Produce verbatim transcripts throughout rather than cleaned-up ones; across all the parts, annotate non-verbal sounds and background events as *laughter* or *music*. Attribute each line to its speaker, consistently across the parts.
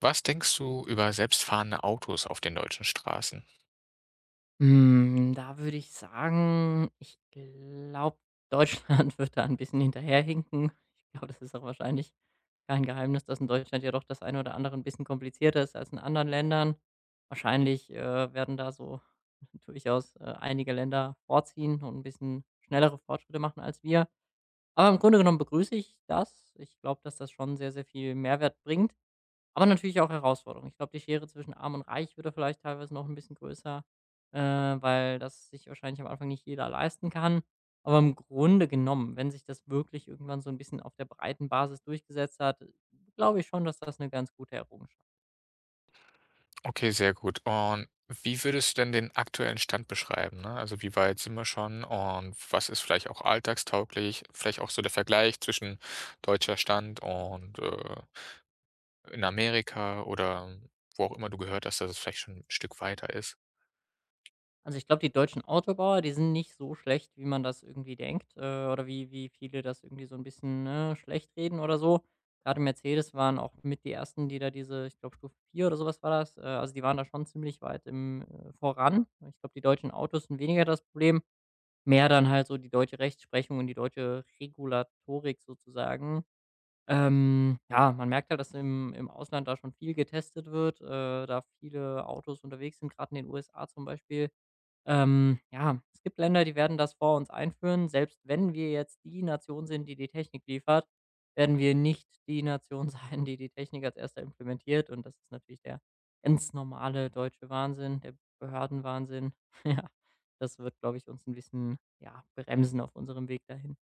Speaker 1: Was denkst du über selbstfahrende Autos auf den deutschen Straßen?
Speaker 2: Hm, da würde ich sagen, ich glaube, Deutschland *laughs* wird da ein bisschen hinterherhinken. Ich glaube, das ist auch wahrscheinlich kein Geheimnis, dass in Deutschland ja doch das eine oder andere ein bisschen komplizierter ist als in anderen Ländern. Wahrscheinlich, äh, werden da so *laughs* durchaus, äh, einige Länder vorziehen und ein bisschen schnellere Fortschritte machen als wir. Aber im Grunde genommen begrüße ich das. Ich glaube, dass das schon sehr, sehr viel Mehrwert bringt. Aber natürlich auch Herausforderungen. Ich glaube, die Schere zwischen Arm und Reich wird da vielleicht teilweise noch ein bisschen größer, äh, weil das sich wahrscheinlich am Anfang nicht jeder leisten kann. Aber im Grunde genommen, wenn sich das wirklich irgendwann so ein bisschen auf der breiten Basis durchgesetzt hat, glaube ich schon, dass das eine ganz gute Errungenschaft.
Speaker 1: Okay, sehr gut. Und wie würdest du denn den aktuellen Stand beschreiben, ne? Also, wie weit sind wir schon und was ist vielleicht auch alltagstauglich? Vielleicht auch so der Vergleich zwischen deutscher Stand und, äh, in Amerika oder wo auch immer du gehört hast, dass es vielleicht schon ein Stück weiter ist.
Speaker 2: Also, ich glaube, die deutschen Autobauer, die sind nicht so schlecht, wie man das irgendwie denkt, äh, oder wie wie viele das irgendwie so ein bisschen, ne, schlecht reden oder so. Gerade Mercedes waren auch mit die ersten, die da diese, ich glaube, Stufe vier oder sowas war das. Äh, also, die waren da schon ziemlich weit im äh, voran. Ich glaube, die deutschen Autos sind weniger das Problem, mehr dann halt so die deutsche Rechtsprechung und die deutsche Regulatorik sozusagen. Ähm, ja, man merkt halt, dass im im Ausland da schon viel getestet wird, äh, da viele Autos unterwegs sind, gerade in den U S A zum Beispiel. Ähm, ja, es gibt Länder, die werden das vor uns einführen. Selbst wenn wir jetzt die Nation sind, die die Technik liefert, werden wir nicht die Nation *laughs* sein, die die Technik als Erster implementiert. Und das ist natürlich der ganz normale deutsche Wahnsinn, der Behördenwahnsinn. *laughs* Ja, das wird, glaube ich, uns ein bisschen, ja, bremsen auf unserem Weg dahin.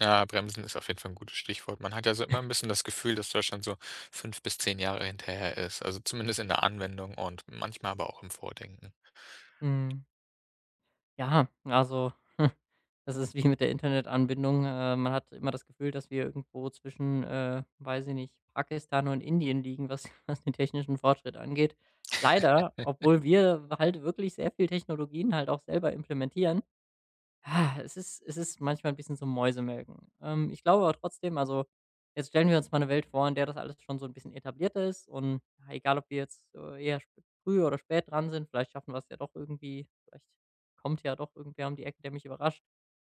Speaker 1: Ja, bremsen ist auf jeden Fall ein gutes Stichwort. Man hat ja so immer ein bisschen das Gefühl, dass Deutschland so fünf bis zehn Jahre hinterher ist, also zumindest in der Anwendung und manchmal aber auch im Vordenken.
Speaker 2: Mm. Ja, also *laughs* das ist wie mit der Internetanbindung. Äh, man hat immer das Gefühl, dass wir irgendwo zwischen, äh, weiß ich nicht, Pakistan und Indien liegen, was, *laughs* was den technischen Fortschritt angeht. Leider, obwohl wir halt wirklich sehr viel Technologien halt auch selber implementieren. Ah, es ist es ist manchmal ein bisschen so Mäusemelken. Ähm, ich glaube aber trotzdem, also, jetzt stellen wir uns mal eine Welt vor, in der das alles schon so ein bisschen etablierter ist und, ja, egal ob wir jetzt, äh, eher sp früh oder spät dran sind, vielleicht schaffen wir es ja doch irgendwie. Vielleicht kommt ja doch irgendwer um die Ecke, der mich überrascht.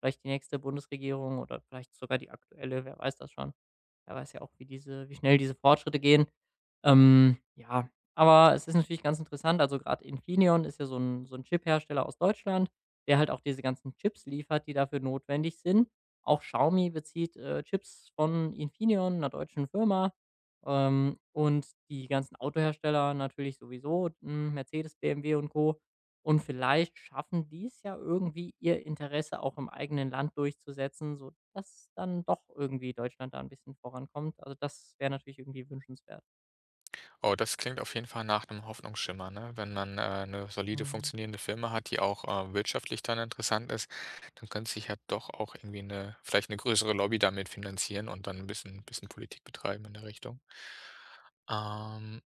Speaker 2: Vielleicht die nächste Bundesregierung oder vielleicht sogar die aktuelle, wer weiß das schon. Wer weiß ja auch, wie diese wie schnell diese Fortschritte gehen. Ähm, ja, aber es ist natürlich ganz interessant. Also, gerade Infineon ist ja so ein, so 'n Chiphersteller aus Deutschland, der halt auch diese ganzen Chips liefert, die dafür notwendig sind. Auch Xiaomi bezieht, äh, Chips von Infineon, einer deutschen Firma, ähm, und die ganzen Autohersteller natürlich sowieso, hm, Mercedes, B M W und Co. Und vielleicht schaffen die es ja irgendwie, ihr Interesse auch im eigenen Land durchzusetzen, sodass dann doch irgendwie Deutschland da ein bisschen vorankommt. Also, das wäre natürlich irgendwie wünschenswert.
Speaker 1: Oh, das klingt auf jeden Fall nach einem Hoffnungsschimmer, ne? Wenn man, äh, 'ne solide
Speaker 2: Mhm.
Speaker 1: funktionierende Firma hat, die auch, äh, wirtschaftlich dann interessant ist, dann könnte sich ja doch auch irgendwie eine, vielleicht eine größere Lobby damit finanzieren und dann ein bisschen bisschen Politik betreiben in der Richtung. Ähm,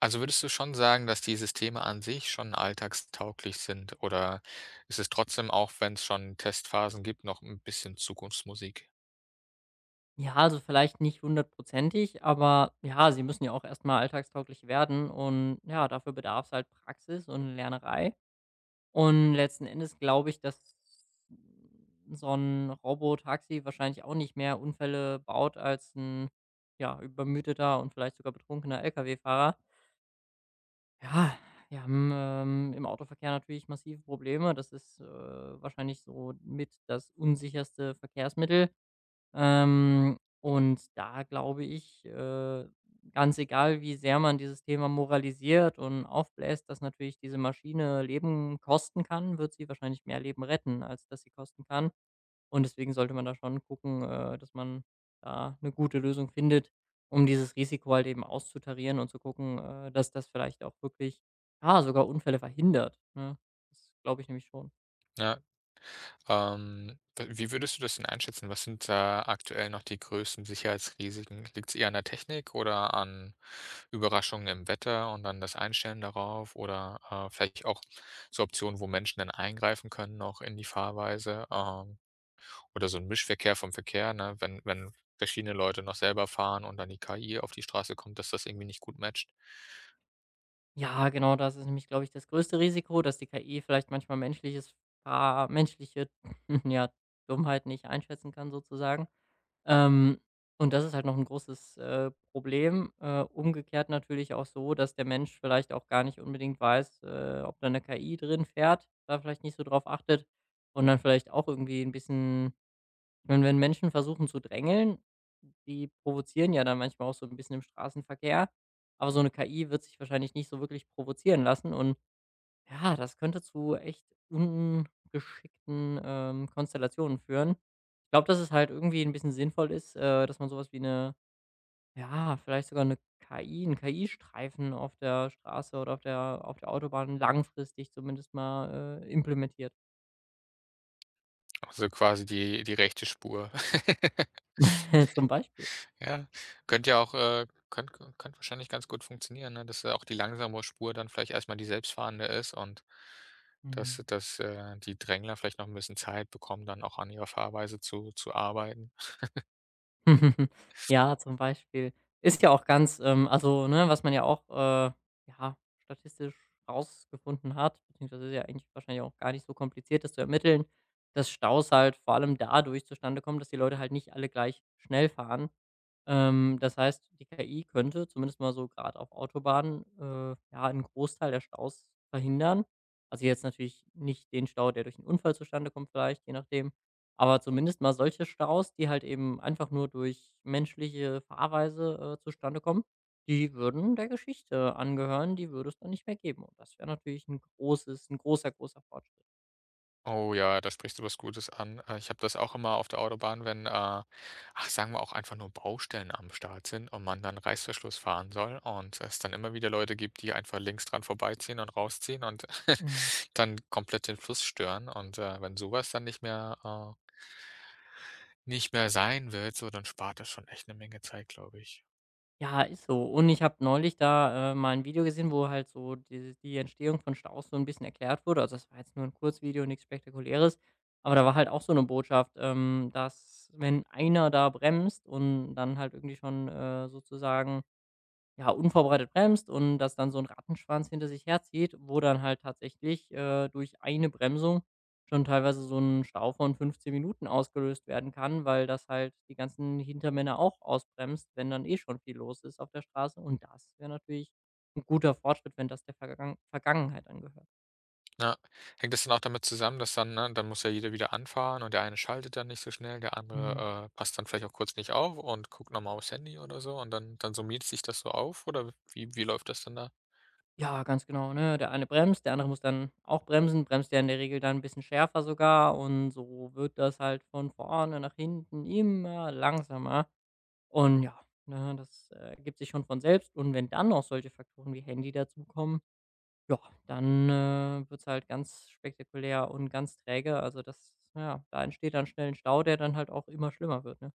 Speaker 1: also, würdest du schon sagen, dass die Systeme an sich schon alltagstauglich sind oder ist es trotzdem, auch wenn es schon Testphasen gibt, noch ein bisschen Zukunftsmusik?
Speaker 2: Ja, also vielleicht nicht hundertprozentig, aber ja, sie müssen ja auch erstmal alltagstauglich werden und ja, dafür bedarf es halt Praxis und Lernerei. Und letzten Endes glaube ich, dass so ein Robo-Taxi wahrscheinlich auch nicht mehr Unfälle baut als ein, ja, übermüdeter und vielleicht sogar betrunkener Lkw-Fahrer. Ja, wir haben, ähm, im Autoverkehr natürlich massive Probleme. Das ist, äh, wahrscheinlich so mit das unsicherste Verkehrsmittel. Ähm, und da glaube ich, äh, ganz egal, wie sehr man dieses Thema moralisiert und aufbläst, dass natürlich diese Maschine Leben kosten kann, wird sie wahrscheinlich mehr Leben retten, als dass sie kosten kann. Und deswegen sollte man da schon gucken, äh, dass man da eine gute Lösung findet, um dieses Risiko halt eben auszutarieren und zu gucken, äh, dass das vielleicht auch wirklich, ja, sogar Unfälle verhindert. Ne? Das glaube ich nämlich schon.
Speaker 1: Ne? Ähm, w wie würdest du das denn einschätzen? Was sind da aktuell noch die größten Sicherheitsrisiken? Liegt es eher an der Technik oder an Überraschungen im Wetter und dann das Einstellen darauf oder, äh, vielleicht auch so Optionen, wo Menschen dann eingreifen können auch in die Fahrweise, ähm, oder so ein Mischverkehr vom Verkehr, ne? Wenn wenn verschiedene Leute noch selber fahren und dann die K I auf die Straße kommt, dass das irgendwie nicht gut matcht.
Speaker 2: Ja, genau, das ist nämlich, glaube ich, das größte Risiko, dass die K I vielleicht manchmal menschliches, ah, menschliche, *laughs* ja, Dummheit nicht einschätzen kann sozusagen. Ähm, und das ist halt noch ein großes, äh, Problem. Äh, umgekehrt natürlich auch so, dass der Mensch vielleicht auch gar nicht unbedingt weiß, äh, ob da 'ne K I drin fährt, da vielleicht nicht so drauf achtet und dann vielleicht auch irgendwie ein bisschen. Und wenn Menschen versuchen zu drängeln, die provozieren ja dann manchmal auch so ein bisschen im Straßenverkehr, aber so 'ne K I wird sich wahrscheinlich nicht so wirklich provozieren lassen und ja, das könnte zu echt ungeschickten, ähm, Konstellationen führen. Ich glaube, dass es halt irgendwie ein bisschen sinnvoll ist, äh, dass man sowas wie eine, ja, vielleicht sogar 'ne K I 'n K I-Streifen auf der Straße oder auf der auf der Autobahn langfristig zumindest mal, äh, implementiert.
Speaker 1: Also quasi die die rechte Spur. *laughs*
Speaker 2: *laughs* Zum Beispiel.
Speaker 1: Ja, könnte ja auch äh, könnte kö könnte wahrscheinlich ganz gut funktionieren, ne, dass da auch die langsamere Spur dann vielleicht erstmal die selbstfahrende ist und dass
Speaker 2: Mhm.
Speaker 1: dass, äh, die Drängler vielleicht noch ein bisschen Zeit bekommen, dann auch an ihrer Fahrweise zu zu arbeiten.
Speaker 2: *laughs* Ja, zum Beispiel. Ist ja auch ganz, ähm, also, ne, was man ja auch, äh, ja, statistisch rausgefunden hat, beziehungsweise ist ja eigentlich wahrscheinlich auch gar nicht so kompliziert, das zu ermitteln, dass Staus halt vor allem dadurch zustande kommen, dass die Leute halt nicht alle gleich schnell fahren. Ähm, das heißt, die K I könnte zumindest mal so gerade auf Autobahnen, äh, ja, einen Großteil der Staus verhindern. Also, jetzt natürlich nicht den Stau, der durch einen Unfall zustande kommt vielleicht, je nachdem, aber zumindest mal solche Staus, die halt eben einfach nur durch menschliche Fahrweise, äh, zustande kommen, die würden der Geschichte angehören, die würde es dann nicht mehr geben und das wäre natürlich ein großes, ein großer, großer Fortschritt.
Speaker 1: Oh ja, da sprichst du was Gutes an. Äh, ich habe das auch immer auf der Autobahn, wenn, äh, ach, sagen wir auch einfach nur Baustellen am Start sind und man dann Reißverschluss fahren soll und es dann immer wieder Leute gibt, die einfach links dran vorbeiziehen und rausziehen und
Speaker 2: Mhm.
Speaker 1: *laughs* dann komplett den Fluss stören. Und, äh, wenn sowas dann nicht mehr, äh nicht mehr sein willst, so, dann spart das schon echt eine Menge Zeit, glaube ich.
Speaker 2: Ja, ist so. Und ich habe neulich da, äh, mal ein Video gesehen, wo halt so die die Entstehung von Staus so ein bisschen erklärt wurde. Also, das war jetzt nur ein Kurzvideo, nichts Spektakuläres. Aber da war halt auch so eine Botschaft, ähm, dass wenn einer da bremst und dann halt irgendwie schon, äh, sozusagen, ja, unvorbereitet bremst und das dann so ein Rattenschwanz hinter sich herzieht, wo dann halt tatsächlich, äh, durch eine Bremsung schon teilweise so ein Stau von fünfzehn Minuten ausgelöst werden kann, weil das halt die ganzen Hintermänner auch ausbremst, wenn dann eh schon viel los ist auf der Straße. Und das wäre natürlich ein guter Fortschritt, wenn das der Vergangen Vergangenheit angehört.
Speaker 1: Ja. Hängt das dann auch damit zusammen, dass dann ne, dann muss ja jeder wieder anfahren und der eine schaltet dann nicht so schnell, der
Speaker 2: Mhm.
Speaker 1: andere, äh, passt dann vielleicht auch kurz nicht auf und guckt noch mal aufs Handy oder so und dann dann summiert sich das so auf oder wie wie läuft das dann da?
Speaker 2: Ja, ganz genau, ne? Der eine bremst, der andere muss dann auch bremsen, bremst ja in der Regel dann ein bisschen schärfer sogar und so wird das halt von vorne nach hinten immer langsamer. Und ja, ne, das, äh, ergibt sich schon von selbst. Und wenn dann noch solche Faktoren wie Handy dazukommen, ja, dann, äh, wird's halt ganz spektakulär und ganz träge. Also, das, ja, da entsteht dann schnell ein Stau, der dann halt auch immer schlimmer wird, ne?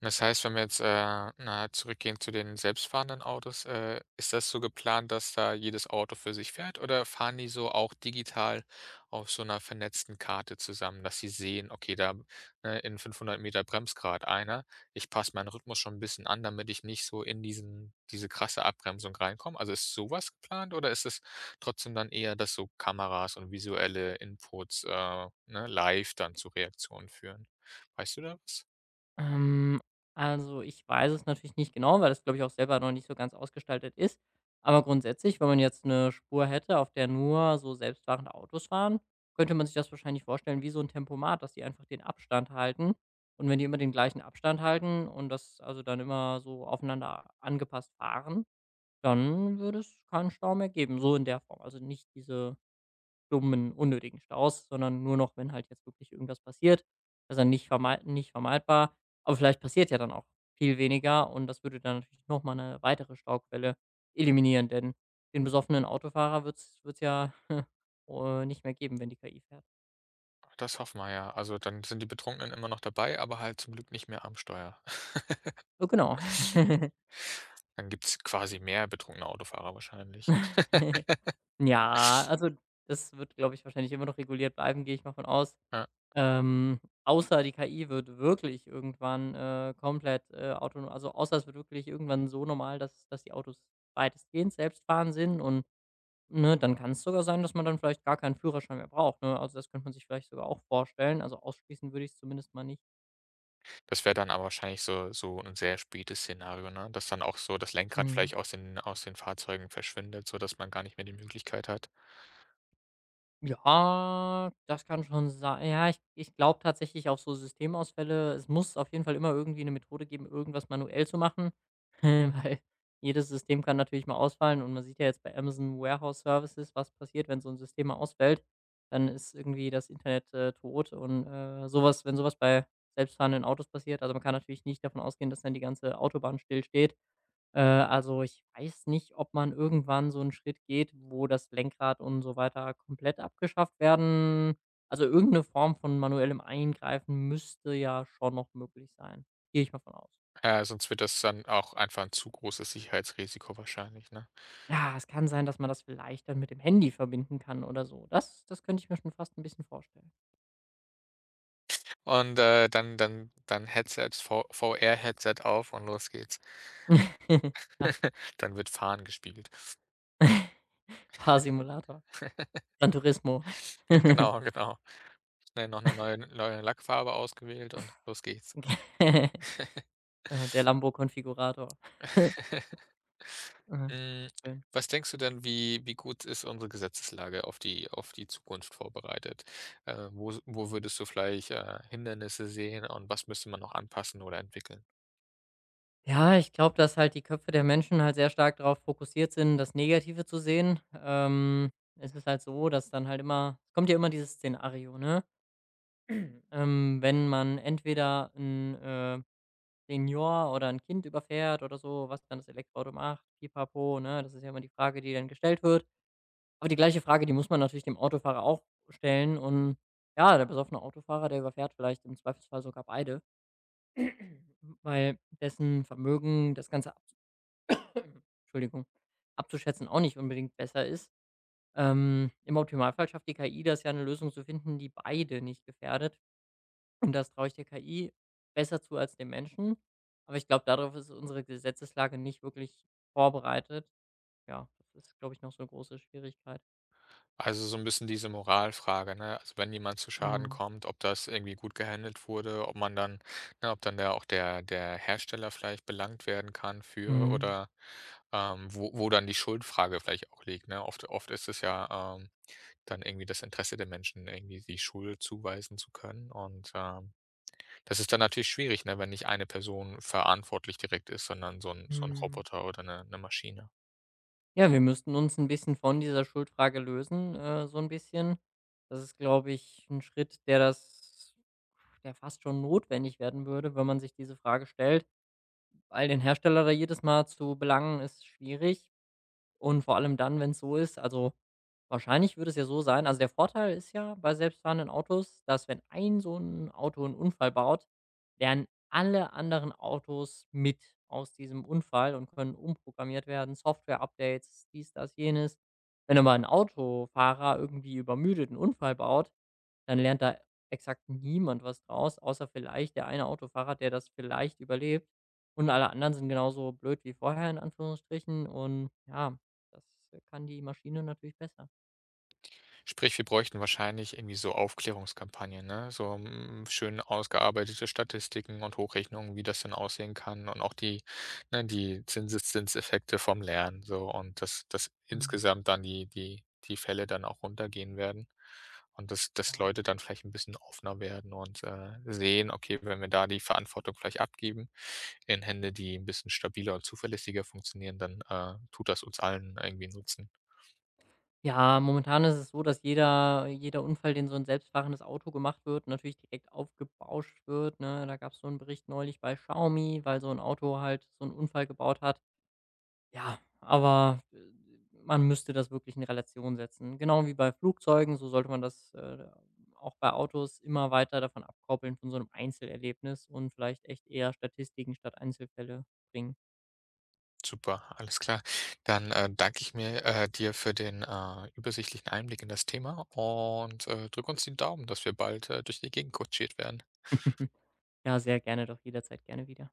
Speaker 1: Das heißt, wenn wir jetzt, äh, na, zurückgehen zu den selbstfahrenden Autos, äh, ist das so geplant, dass da jedes Auto für sich fährt oder fahren die so auch digital auf so einer vernetzten Karte zusammen, dass sie sehen: „Okay, da, ne, in fünfhundert m bremst grad einer. Ich passe meinen Rhythmus schon ein bisschen an, damit ich nicht so in diesen diese krasse Abbremsung reinkomme.“ Also, ist sowas geplant oder ist es trotzdem dann eher, dass so Kameras und visuelle Inputs, äh, ne, live dann zu Reaktionen führen? Weißt du da was?
Speaker 2: Ähm, also, ich weiß es natürlich nicht genau, weil das, glaube ich, auch selber noch nicht so ganz ausgestaltet ist. Aber grundsätzlich, wenn man jetzt eine Spur hätte, auf der nur so selbstfahrende Autos fahren, könnte man sich das wahrscheinlich vorstellen wie so ein Tempomat, dass die einfach den Abstand halten. Und wenn die immer den gleichen Abstand halten und das also dann immer so aufeinander angepasst fahren, dann würde es keinen Stau mehr geben, so in der Form. Also, nicht diese dummen, unnötigen Staus, sondern nur noch, wenn halt jetzt wirklich irgendwas passiert. Also nicht vermei nicht vermeidbar, aber vielleicht passiert ja dann auch viel weniger und das würde dann natürlich noch mal 'ne weitere Stauquelle eliminieren, denn den besoffenen Autofahrer wird's wird's ja, *laughs* äh, nicht mehr geben, wenn die K I fährt.
Speaker 1: Das hoffen wir ja. Also, dann sind die Betrunkenen immer noch dabei, aber halt zum Glück nicht mehr am Steuer. *laughs*
Speaker 2: Oh, genau. *laughs*
Speaker 1: Dann gibt's quasi mehr betrunkene Autofahrer wahrscheinlich.
Speaker 2: *laughs* Ja, also das wird, glaube ich, wahrscheinlich immer noch reguliert bleiben, gehe ich mal von aus.
Speaker 1: Ja.
Speaker 2: Ähm, Außer die K I wird wirklich irgendwann, äh, komplett, äh, autono also, außer es wird wirklich irgendwann so normal, dass dass die Autos weitestgehend selbstfahrend sind und, ne, dann kann es sogar sein, dass man dann vielleicht gar keinen Führerschein mehr braucht, ne? Also, das könnte man sich vielleicht sogar auch vorstellen. Also, ausschließen würde ich es zumindest mal nicht.
Speaker 1: Das wäre dann aber wahrscheinlich so so ein sehr spätes Szenario, ne? Dass dann auch so das Lenkrad
Speaker 2: Mhm.
Speaker 1: vielleicht aus den aus den Fahrzeugen verschwindet, sodass man gar nicht mehr die Möglichkeit hat.
Speaker 2: Ja, das kann schon sein, ja, ich ich glaube tatsächlich auch so Systemausfälle, es muss auf jeden Fall immer irgendwie eine Methode geben, irgendwas manuell zu machen, *laughs* weil jedes System kann natürlich mal ausfallen und man sieht ja jetzt bei Amazon Warehouse Services, was passiert, wenn so ein System mal ausfällt. Dann ist irgendwie das Internet, äh, tot und, äh, so wenn sowas bei selbstfahrenden Autos passiert, also, man kann natürlich nicht davon ausgehen, dass dann die ganze Autobahn stillsteht. Äh, also, ich weiß nicht, ob man irgendwann so einen Schritt geht, wo das Lenkrad und so weiter komplett abgeschafft werden. Also, irgendeine Form von manuellem Eingreifen müsste ja schon noch möglich sein. Gehe ich mal von aus.
Speaker 1: Äh, sonst wird das dann auch einfach ein zu großes Sicherheitsrisiko wahrscheinlich, ne?
Speaker 2: Ja, es kann sein, dass man das vielleicht dann mit dem Handy verbinden kann oder so. Das das könnte ich mir schon fast ein bisschen vorstellen.
Speaker 1: Und, äh, dann dann dann Headsets, V VR-Headset auf und los geht's.
Speaker 2: *laughs* Ja,
Speaker 1: Dann wird Fahren gespielt.
Speaker 2: Fahrsimulator,
Speaker 1: *laughs*
Speaker 2: Gran Turismo.
Speaker 1: Ja,
Speaker 2: *laughs*
Speaker 1: genau, genau. Ne, noch 'ne neue neue Lackfarbe ausgewählt und los geht's.
Speaker 2: Äh, der Lambo-Konfigurator. *laughs*
Speaker 1: *laughs*
Speaker 2: Aha,
Speaker 1: Hm,
Speaker 2: schön.
Speaker 1: was denkst du denn, wie wie gut ist unsere Gesetzeslage auf die auf die Zukunft vorbereitet? Äh, wo s wo würdest du vielleicht, äh, Hindernisse sehen und was müsste man noch anpassen oder entwickeln?
Speaker 2: Ja, ich glaube, dass halt die Köpfe der Menschen halt sehr stark darauf fokussiert sind, das Negative zu sehen. Ähm, es ist halt so, dass dann halt immer, es kommt ja immer dieses Szenario, ne? *clears throat* Ähm, wenn man entweder ein, äh, Senior oder ein Kind überfährt oder so, was dann das Elektroauto macht, Pipapo, ne? Das ist ja immer die Frage, die dann gestellt wird. Aber die gleiche Frage, die muss man natürlich dem Autofahrer auch stellen und, ja, der besoffene Autofahrer, der überfährt vielleicht im Zweifelsfall sogar beide, *clears throat* weil dessen Vermögen das Ganze Entschuldigung abzuschätzen auch nicht unbedingt besser ist. Ähm, im Optimalfall schafft die K I das, ja, eine Lösung zu finden, die beide nicht gefährdet. Und das traue ich der K I besser zu als dem Menschen. Aber ich glaube, darauf ist unsere Gesetzeslage nicht wirklich vorbereitet. Ja, das ist, glaube ich, noch so eine große Schwierigkeit.
Speaker 1: Also so ein bisschen diese Moralfrage, ne? Also, wenn jemand zu Schaden
Speaker 2: Mhm.
Speaker 1: kommt, ob das irgendwie gut gehandelt wurde, ob man dann ne, ob dann der auch der der Hersteller vielleicht belangt werden kann für
Speaker 2: Mhm.
Speaker 1: oder, ähm, wo wo dann die Schuldfrage vielleicht auch liegt, ne? Oft oft ist es ja, ähm, dann irgendwie das Interesse der Menschen, irgendwie die Schuld zuweisen zu können und, ähm, das ist dann natürlich schwierig, ne, wenn nicht eine Person verantwortlich direkt ist, sondern so ein so ein
Speaker 2: Mhm.
Speaker 1: Roboter oder eine 'ne Maschine.
Speaker 2: Ja, wir müssten uns ein bisschen von dieser Schuldfrage lösen, äh, so ein bisschen. Das ist, glaube ich, ein Schritt, der das der fast schon notwendig werden würde, wenn man sich diese Frage stellt. Weil den Hersteller da jedes Mal zu belangen, ist schwierig und vor allem dann, wenn es so ist, also, wahrscheinlich würde es ja so sein, also, der Vorteil ist ja bei selbstfahrenden Autos, dass wenn ein so ein Auto einen Unfall baut, lernen alle anderen Autos mit aus diesem Unfall und können umprogrammiert werden, Software-Updates, dies, das, jenes. Wenn aber ein Autofahrer irgendwie übermüdet einen Unfall baut, dann lernt da exakt niemand was draus, außer vielleicht der eine Autofahrer, der das vielleicht überlebt. Und alle anderen sind genauso blöd wie vorher in Anführungsstrichen. Und ja, das kann die Maschine natürlich besser.
Speaker 1: Sprich, wir bräuchten wahrscheinlich irgendwie so Aufklärungskampagnen, ne? So, hm, schön ausgearbeitete Statistiken und Hochrechnungen, wie das denn aussehen kann und auch die ne, die Zinseszinseffekte vom Lernen so und dass dass
Speaker 2: Mhm.
Speaker 1: insgesamt dann die die die Fälle dann auch runtergehen werden und dass dass
Speaker 2: Ja.
Speaker 1: Leute dann vielleicht ein bisschen offener werden und, äh, sehen: „Okay, wenn wir da die Verantwortung vielleicht abgeben in Hände, die ein bisschen stabiler und zuverlässiger funktionieren, dann, äh, tut das uns allen irgendwie Nutzen.“
Speaker 2: Ja, momentan ist es so, dass jeder, jeder Unfall, den so ein selbstfahrendes Auto gemacht wird, natürlich direkt aufgebauscht wird. Ne? Da gab es so einen Bericht neulich bei Xiaomi, weil so ein Auto halt so einen Unfall gebaut hat. Ja, aber, äh, man müsste das wirklich in Relation setzen. Genau wie bei Flugzeugen, so sollte man das, äh, auch bei Autos immer weiter davon abkoppeln von so einem Einzelerlebnis und vielleicht echt eher Statistiken statt Einzelfälle bringen.
Speaker 1: Super, alles klar. Dann, äh, danke ich mir äh, dir für den, äh, übersichtlichen Einblick in das Thema und, äh, drücke uns die Daumen, dass wir bald, äh, durch die Gegend kutschiert werden.
Speaker 2: *laughs* Ja, sehr gerne, doch jederzeit gerne wieder.